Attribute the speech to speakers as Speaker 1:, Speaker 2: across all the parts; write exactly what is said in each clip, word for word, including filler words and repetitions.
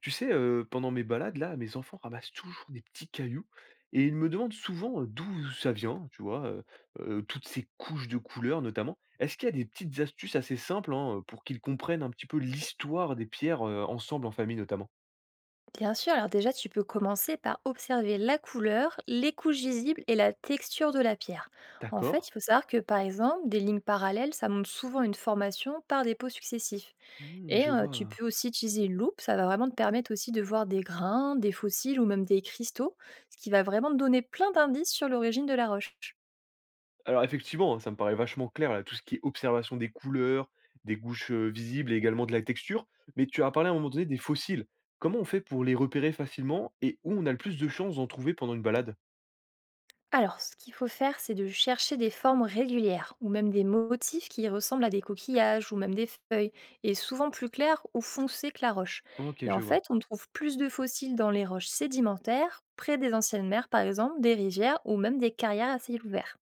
Speaker 1: Tu sais, euh, pendant mes balades, là, mes enfants ramassent toujours des petits cailloux et ils me demandent souvent euh, d'où ça vient, tu vois, euh, euh, toutes ces couches de couleurs notamment. Est-ce qu'il y a des petites astuces assez simples, hein, pour qu'ils comprennent un petit peu l'histoire des pierres euh, ensemble en famille notamment?
Speaker 2: Bien sûr, alors déjà, tu peux commencer par observer la couleur, les couches visibles et la texture de la pierre. En fait,
Speaker 1: D'accord.
Speaker 2: il faut savoir que par exemple, des lignes parallèles, ça montre souvent une formation par dépôts successifs.
Speaker 1: Hmm,
Speaker 2: Et
Speaker 1: je
Speaker 2: euh, tu
Speaker 1: vois.
Speaker 2: peux aussi utiliser une loupe, ça va vraiment te permettre aussi de voir des grains, des fossiles ou même des cristaux, ce qui va vraiment te donner plein d'indices sur l'origine de la roche.
Speaker 1: Alors effectivement, hein, ça me paraît vachement clair, là, tout ce qui est observation des couleurs, des couches euh, visibles et également de la texture. Mais tu as parlé à un moment donné des fossiles. Comment on fait pour les repérer facilement et où on a le plus de chances d'en trouver pendant une balade?
Speaker 2: Alors, ce qu'il faut faire, c'est de chercher des formes régulières ou même des motifs qui ressemblent à des coquillages ou même des feuilles, et souvent plus clairs ou foncés que la roche.
Speaker 1: Ok,
Speaker 2: Et en
Speaker 1: je vois.
Speaker 2: fait, on trouve plus de fossiles dans les roches sédimentaires, près des anciennes mers par exemple, des rivières ou même des carrières à ciel ouvert.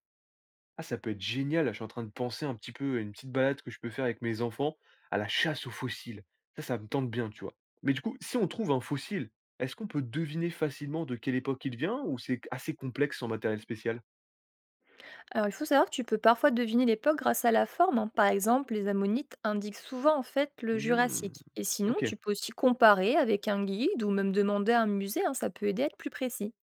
Speaker 1: Ah, ça peut être génial, là, je suis en train de penser un petit peu à une petite balade que je peux faire avec mes enfants, à la chasse aux fossiles. Ça, ça me tente bien, tu vois. Mais du coup, si on trouve un fossile, est-ce qu'on peut deviner facilement de quelle époque il vient ou c'est assez complexe sans matériel spécial?
Speaker 2: Alors, il faut savoir que tu peux parfois deviner l'époque grâce à la forme, hein. Par exemple, les ammonites indiquent souvent en fait le
Speaker 1: Hmm,
Speaker 2: Jurassique. Et sinon,
Speaker 1: ok.
Speaker 2: tu peux aussi comparer avec un guide ou même demander à un musée, hein, ça peut aider à être plus précis.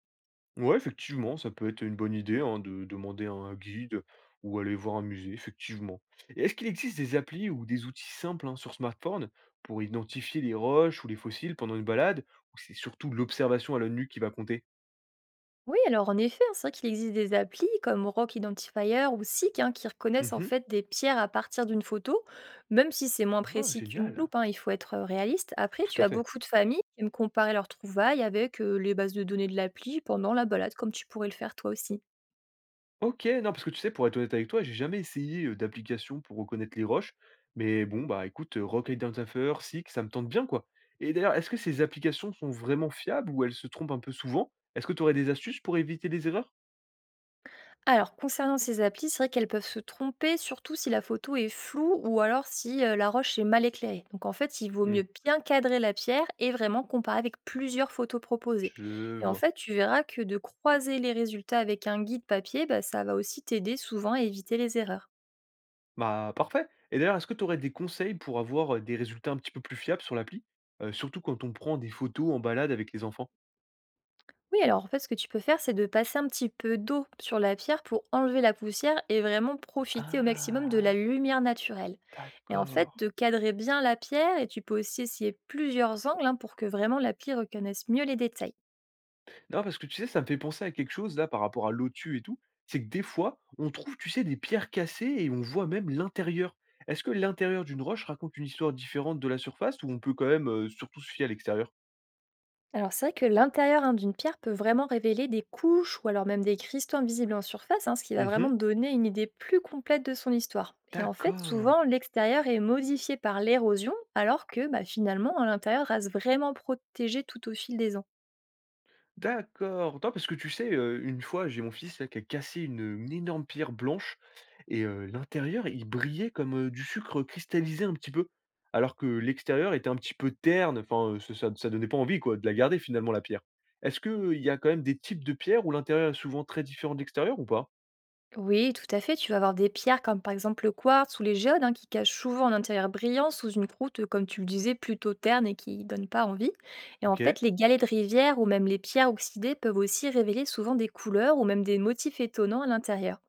Speaker 1: Ouais, effectivement, ça peut être une bonne idée, hein, de demander à un guide ou aller voir un musée, effectivement. Et est-ce qu'il existe des applis ou des outils simples, hein, sur smartphone pour identifier les roches ou les fossiles pendant une balade ou c'est surtout l'observation à l'œil nu qui va compter?
Speaker 2: Oui, alors en effet, hein, c'est vrai qu'il existe des applis comme Rock Identifier ou S I C K hein, qui reconnaissent en fait des pierres à partir d'une photo, même si c'est moins
Speaker 1: Oh,
Speaker 2: précis qu'une
Speaker 1: génial!
Speaker 2: loupe, hein, il faut être euh, réaliste. Après,
Speaker 1: Tout
Speaker 2: tu
Speaker 1: à
Speaker 2: as
Speaker 1: fait.
Speaker 2: beaucoup de familles qui aiment comparer leurs trouvailles avec euh, les bases de données de l'appli pendant la balade, comme tu pourrais le faire toi aussi.
Speaker 1: OK, non, parce que tu sais, pour être honnête avec toi, j'ai jamais essayé, heu, d'application pour reconnaître les roches, mais bon, bah, écoute, heu, Rock Identifier, Seek, ça me tente bien, quoi. Et d'ailleurs, est-ce que ces applications sont vraiment fiables ou elles se trompent un peu souvent? Est-ce que tu aurais des astuces pour éviter les erreurs?
Speaker 2: Alors, concernant ces applis, c'est vrai qu'elles peuvent se tromper, surtout si la photo est floue ou alors si euh, la roche est mal éclairée. Donc, en fait, il vaut
Speaker 1: Mmh,
Speaker 2: mieux bien cadrer la pierre et vraiment comparer avec plusieurs photos proposées.
Speaker 1: je
Speaker 2: Et en
Speaker 1: vois.
Speaker 2: fait, tu verras que de croiser les résultats avec un guide papier, bah, ça va aussi t'aider souvent à éviter les erreurs.
Speaker 1: Bah, parfait. Et d'ailleurs, est-ce que tu aurais des conseils pour avoir, heu, des résultats un petit peu plus fiables sur l'appli? Heu, surtout quand on prend des photos en balade avec les enfants.
Speaker 2: Oui, alors en fait, ce que tu peux faire, c'est de passer un petit peu d'eau sur la pierre pour enlever la poussière et vraiment profiter au maximum de la
Speaker 1: Ah!
Speaker 2: lumière naturelle. Et en fait,
Speaker 1: D'accord.
Speaker 2: de cadrer bien la pierre, et tu peux aussi essayer plusieurs angles hein, pour que vraiment l'appli reconnaisse mieux les détails.
Speaker 1: Non, parce que tu sais, ça me fait penser à quelque chose là par rapport à l'O T U et tout. C'est que des fois, on trouve, tu sais, des pierres cassées et on voit même l'intérieur. Est-ce que l'intérieur d'une roche raconte une histoire différente de la surface ou on peut quand même euh, surtout se fier à l'extérieur?
Speaker 2: Alors c'est vrai que l'intérieur hein, d'une pierre peut vraiment révéler des couches ou alors même des cristaux invisibles en surface, hein, ce qui va vraiment
Speaker 1: Mhm.
Speaker 2: donner une idée plus complète de son histoire. Et en fait,
Speaker 1: D'accord.
Speaker 2: souvent, l'extérieur est modifié par l'érosion, alors que bah, finalement, à l'intérieur reste vraiment protégé tout au fil des ans.
Speaker 1: D'accord. Non, parce que tu sais, heu, une fois, j'ai mon fils là qui a cassé une, une énorme pierre blanche et heu, l'intérieur, il brillait comme, heu, du sucre cristallisé un petit peu, alors que l'extérieur était un petit peu terne, enfin, heu, ce ça ça donnait pas envie quoi de la garder finalement la pierre. Est-ce qu'il y a quand même des types de pierres où l'intérieur est souvent très différent de l'extérieur ou pas?
Speaker 2: Oui, tout à fait. Tu vas avoir des pierres comme par exemple le quartz ou les géodes hein, qui cachent souvent un intérieur brillant sous une croûte, comme tu le disais, plutôt terne et qui donne pas envie. Et en fait,
Speaker 1: OK.
Speaker 2: les galets de rivière ou même les pierres oxydées peuvent aussi révéler souvent des couleurs ou même des motifs étonnants à l'intérieur.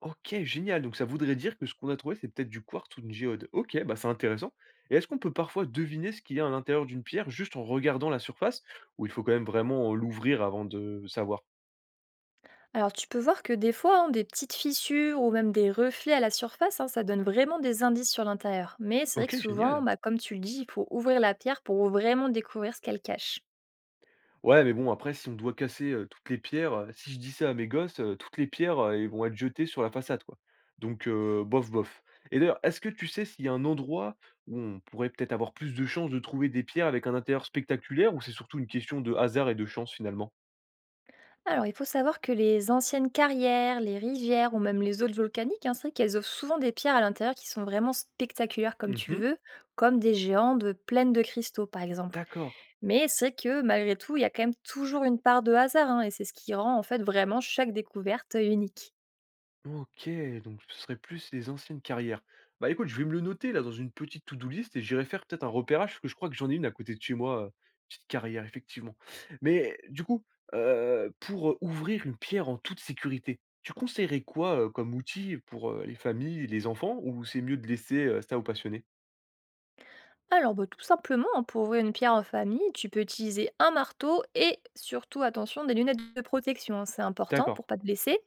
Speaker 1: OK, génial. Donc ça voudrait dire que ce qu'on a trouvé, c'est peut-être du quartz ou une géode. OK, bah c'est intéressant. Et est-ce qu'on peut parfois deviner ce qu'il y a à l'intérieur d'une pierre juste en regardant la surface? Ou il faut quand même vraiment l'ouvrir avant de savoir?
Speaker 2: Alors tu peux voir que des fois, hein, des petites fissures ou même des reflets à la surface, hein, ça donne vraiment des indices sur l'intérieur. Mais c'est vrai que
Speaker 1: OK,
Speaker 2: souvent,
Speaker 1: génial.
Speaker 2: bah, comme tu le dis, il faut ouvrir la pierre pour vraiment découvrir ce qu'elle cache.
Speaker 1: Ouais, mais bon, après, si on doit casser euh, toutes les pierres, euh, si je dis ça à mes gosses, euh, toutes les pierres, euh, elles vont être jetées sur la façade, quoi. Donc, euh, bof, bof. Et d'ailleurs, est-ce que tu sais s'il y a un endroit où on pourrait peut-être avoir plus de chances de trouver des pierres avec un intérieur spectaculaire, ou c'est surtout une question de hasard et de chance finalement?
Speaker 2: Alors, il faut savoir que les anciennes carrières, les rivières ou même les zones volcaniques, hein, c'est vrai qu'elles offrent souvent des pierres à l'intérieur qui sont vraiment spectaculaires comme tu le
Speaker 1: Mhm.
Speaker 2: veux, comme des géants de pleines de cristaux par exemple.
Speaker 1: D'accord.
Speaker 2: Mais c'est vrai que malgré tout, il y a quand même toujours une part de hasard hein, et c'est ce qui rend en fait vraiment chaque découverte euh, unique.
Speaker 1: OK, donc ce serait plus les anciennes carrières. Bah, écoute, je vais me le noter là dans une petite to-do list et j'irai faire peut-être un repérage parce que je crois que j'en ai une à côté de chez moi, heu, petite carrière effectivement. Mais du coup, heu, pour, heu, ouvrir une pierre en toute sécurité, tu conseillerais quoi, heu, comme outil pour, heu, les familles les enfants ou c'est mieux de laisser, heu, ça aux passionnés?
Speaker 2: Alors, bah, tout simplement, hein, pour ouvrir une pierre en famille, tu peux utiliser un marteau et surtout, attention, des lunettes de protection, hein, c'est important
Speaker 1: D'accord.
Speaker 2: pour pas te blesser.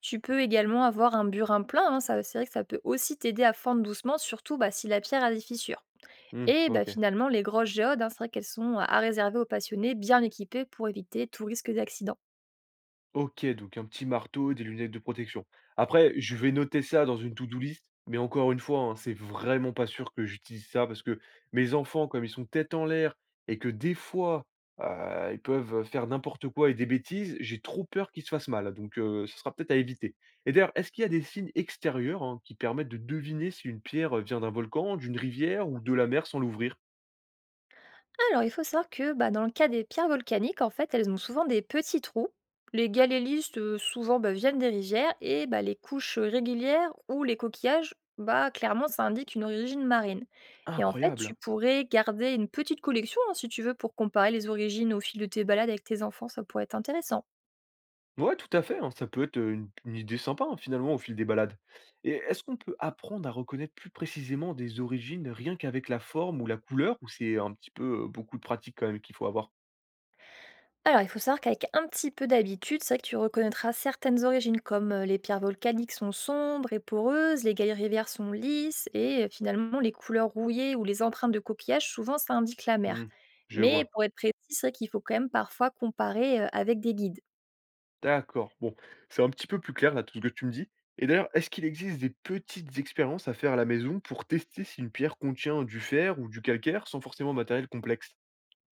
Speaker 2: Tu peux également avoir un burin plein, hein, ça, c'est vrai que ça peut aussi t'aider à fendre doucement, surtout bah, si la pierre a des fissures.
Speaker 1: Mmh,
Speaker 2: Et bah,
Speaker 1: OK.
Speaker 2: finalement, les grosses géodes, hein, c'est vrai qu'elles sont à à réserver aux passionnés bien équipés pour éviter tout risque d'accident.
Speaker 1: OK, donc un petit marteau, des lunettes de protection. Après, je vais noter ça dans une to-do list, mais encore une fois, hein, c'est vraiment pas sûr que j'utilise ça parce que mes enfants, comme ils sont tête en l'air et que des fois, heu, ils peuvent faire n'importe quoi et des bêtises, j'ai trop peur qu'ils se fassent mal, hein, donc heu, ce sera peut-être à éviter. Et d'ailleurs, est-ce qu'il y a des signes extérieurs, hein, qui permettent de deviner si une pierre, vient d'un volcan, d'une rivière ou de la mer sans l'ouvrir?
Speaker 2: Alors, il faut savoir que bah, dans le cas des pierres volcaniques, en fait, elles ont souvent des petits trous. Les galélistes, euh, souvent, bah, viennent des rivières et bah, les couches régulières ou les coquillages, bah, clairement, ça indique une origine marine. Et en fait, tu
Speaker 1: Incroyable!
Speaker 2: pourrais garder une petite collection, hein, si tu veux, pour comparer les origines au fil de tes balades avec tes enfants, ça pourrait être intéressant.
Speaker 1: Ouais, tout à fait, hein, ça peut être, heu, une une idée sympa, hein, finalement, au fil des balades. Et est-ce qu'on peut apprendre à reconnaître plus précisément des origines rien qu'avec la forme ou la couleur? Ou c'est un petit peu, heu, beaucoup de pratique quand même qu'il faut avoir?
Speaker 2: Alors, il faut savoir qu'avec un petit peu d'habitude, c'est vrai que tu reconnaîtras certaines origines, comme euh, les pierres volcaniques sont sombres et poreuses, les galeries rivières sont lisses, et euh, finalement, les couleurs rouillées ou les empreintes de coquillages, souvent, ça indique la mer.
Speaker 1: Mmh, je
Speaker 2: Mais
Speaker 1: vois.
Speaker 2: pour être précis, c'est vrai qu'il faut quand même parfois comparer euh, avec des guides.
Speaker 1: D'accord, bon, c'est un petit peu plus clair là, tout ce que tu me dis. Et d'ailleurs, est-ce qu'il existe des petites expériences à faire à la maison pour tester si une pierre contient du fer ou du calcaire sans forcément matériel complexe?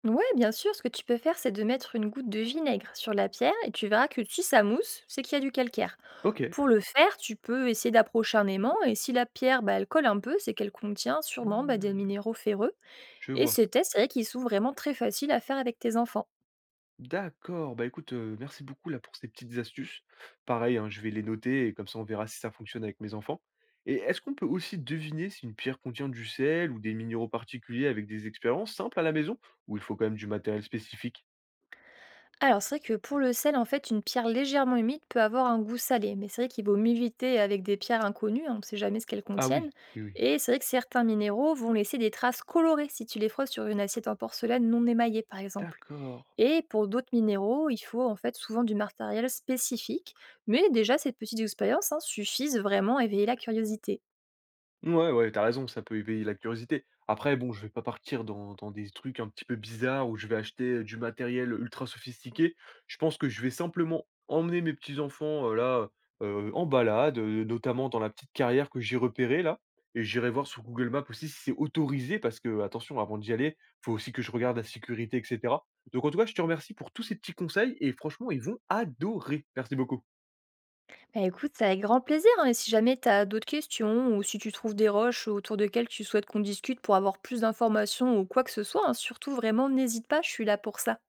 Speaker 2: Ouais, bien sûr, ce que tu peux faire, c'est de mettre une goutte de vinaigre sur la pierre, et tu verras que si ça mousse, c'est qu'il y a du calcaire.
Speaker 1: OK.
Speaker 2: Pour le faire, tu peux essayer d'approcher un aimant, et si la pierre, bah, elle colle un peu, c'est qu'elle contient sûrement bah, des
Speaker 1: Mmh,
Speaker 2: minéraux ferreux.
Speaker 1: je
Speaker 2: Et
Speaker 1: vois.
Speaker 2: ces tests, c'est vrai qu'ils sont vraiment très faciles à faire avec tes enfants.
Speaker 1: D'accord, bah écoute, heu, merci beaucoup là pour ces petites astuces. Pareil, hein, je vais les noter et comme ça on verra si ça fonctionne avec mes enfants. Et est-ce qu'on peut aussi deviner si une pierre contient du sel ou des minéraux particuliers avec des expériences simples à la maison? Ou il faut quand même du matériel spécifique?
Speaker 2: Alors c'est vrai que pour le sel, en fait, une pierre légèrement humide peut avoir un goût salé, mais c'est vrai qu'il vaut mieux éviter avec des pierres inconnues, hein, on ne sait jamais ce qu'elles
Speaker 1: Ah
Speaker 2: contiennent.
Speaker 1: oui, oui, oui.
Speaker 2: Et c'est vrai que certains minéraux vont laisser des traces colorées si tu les froisses sur une assiette en porcelaine non émaillée, par exemple.
Speaker 1: D'accord.
Speaker 2: Et pour d'autres minéraux, il faut en fait souvent du matériel spécifique, mais déjà ces petites expériences hein, suffisent vraiment à éveiller la curiosité.
Speaker 1: Ouais, ouais, t'as raison, ça peut éveiller la curiosité. Après, bon, je vais pas partir dans, dans des trucs un petit peu bizarres où je vais acheter euh, du matériel ultra sophistiqué. Je pense que je vais simplement emmener mes petits-enfants euh, là euh, en balade, euh, notamment dans la petite carrière que j'ai repérée là. Et j'irai voir sur Google Maps aussi si c'est autorisé, parce que, attention, avant d'y aller, faut aussi que je regarde la sécurité, et cetera. Donc, en tout cas, je te remercie pour tous ces petits conseils et franchement, ils vont adorer. Merci beaucoup.
Speaker 2: Bah, écoute, c'est avec grand plaisir, hein, et si jamais tu as d'autres questions ou si tu trouves des roches autour desquelles tu souhaites qu'on discute pour avoir plus d'informations ou quoi que ce soit, hein, surtout vraiment n'hésite pas, je suis là pour ça.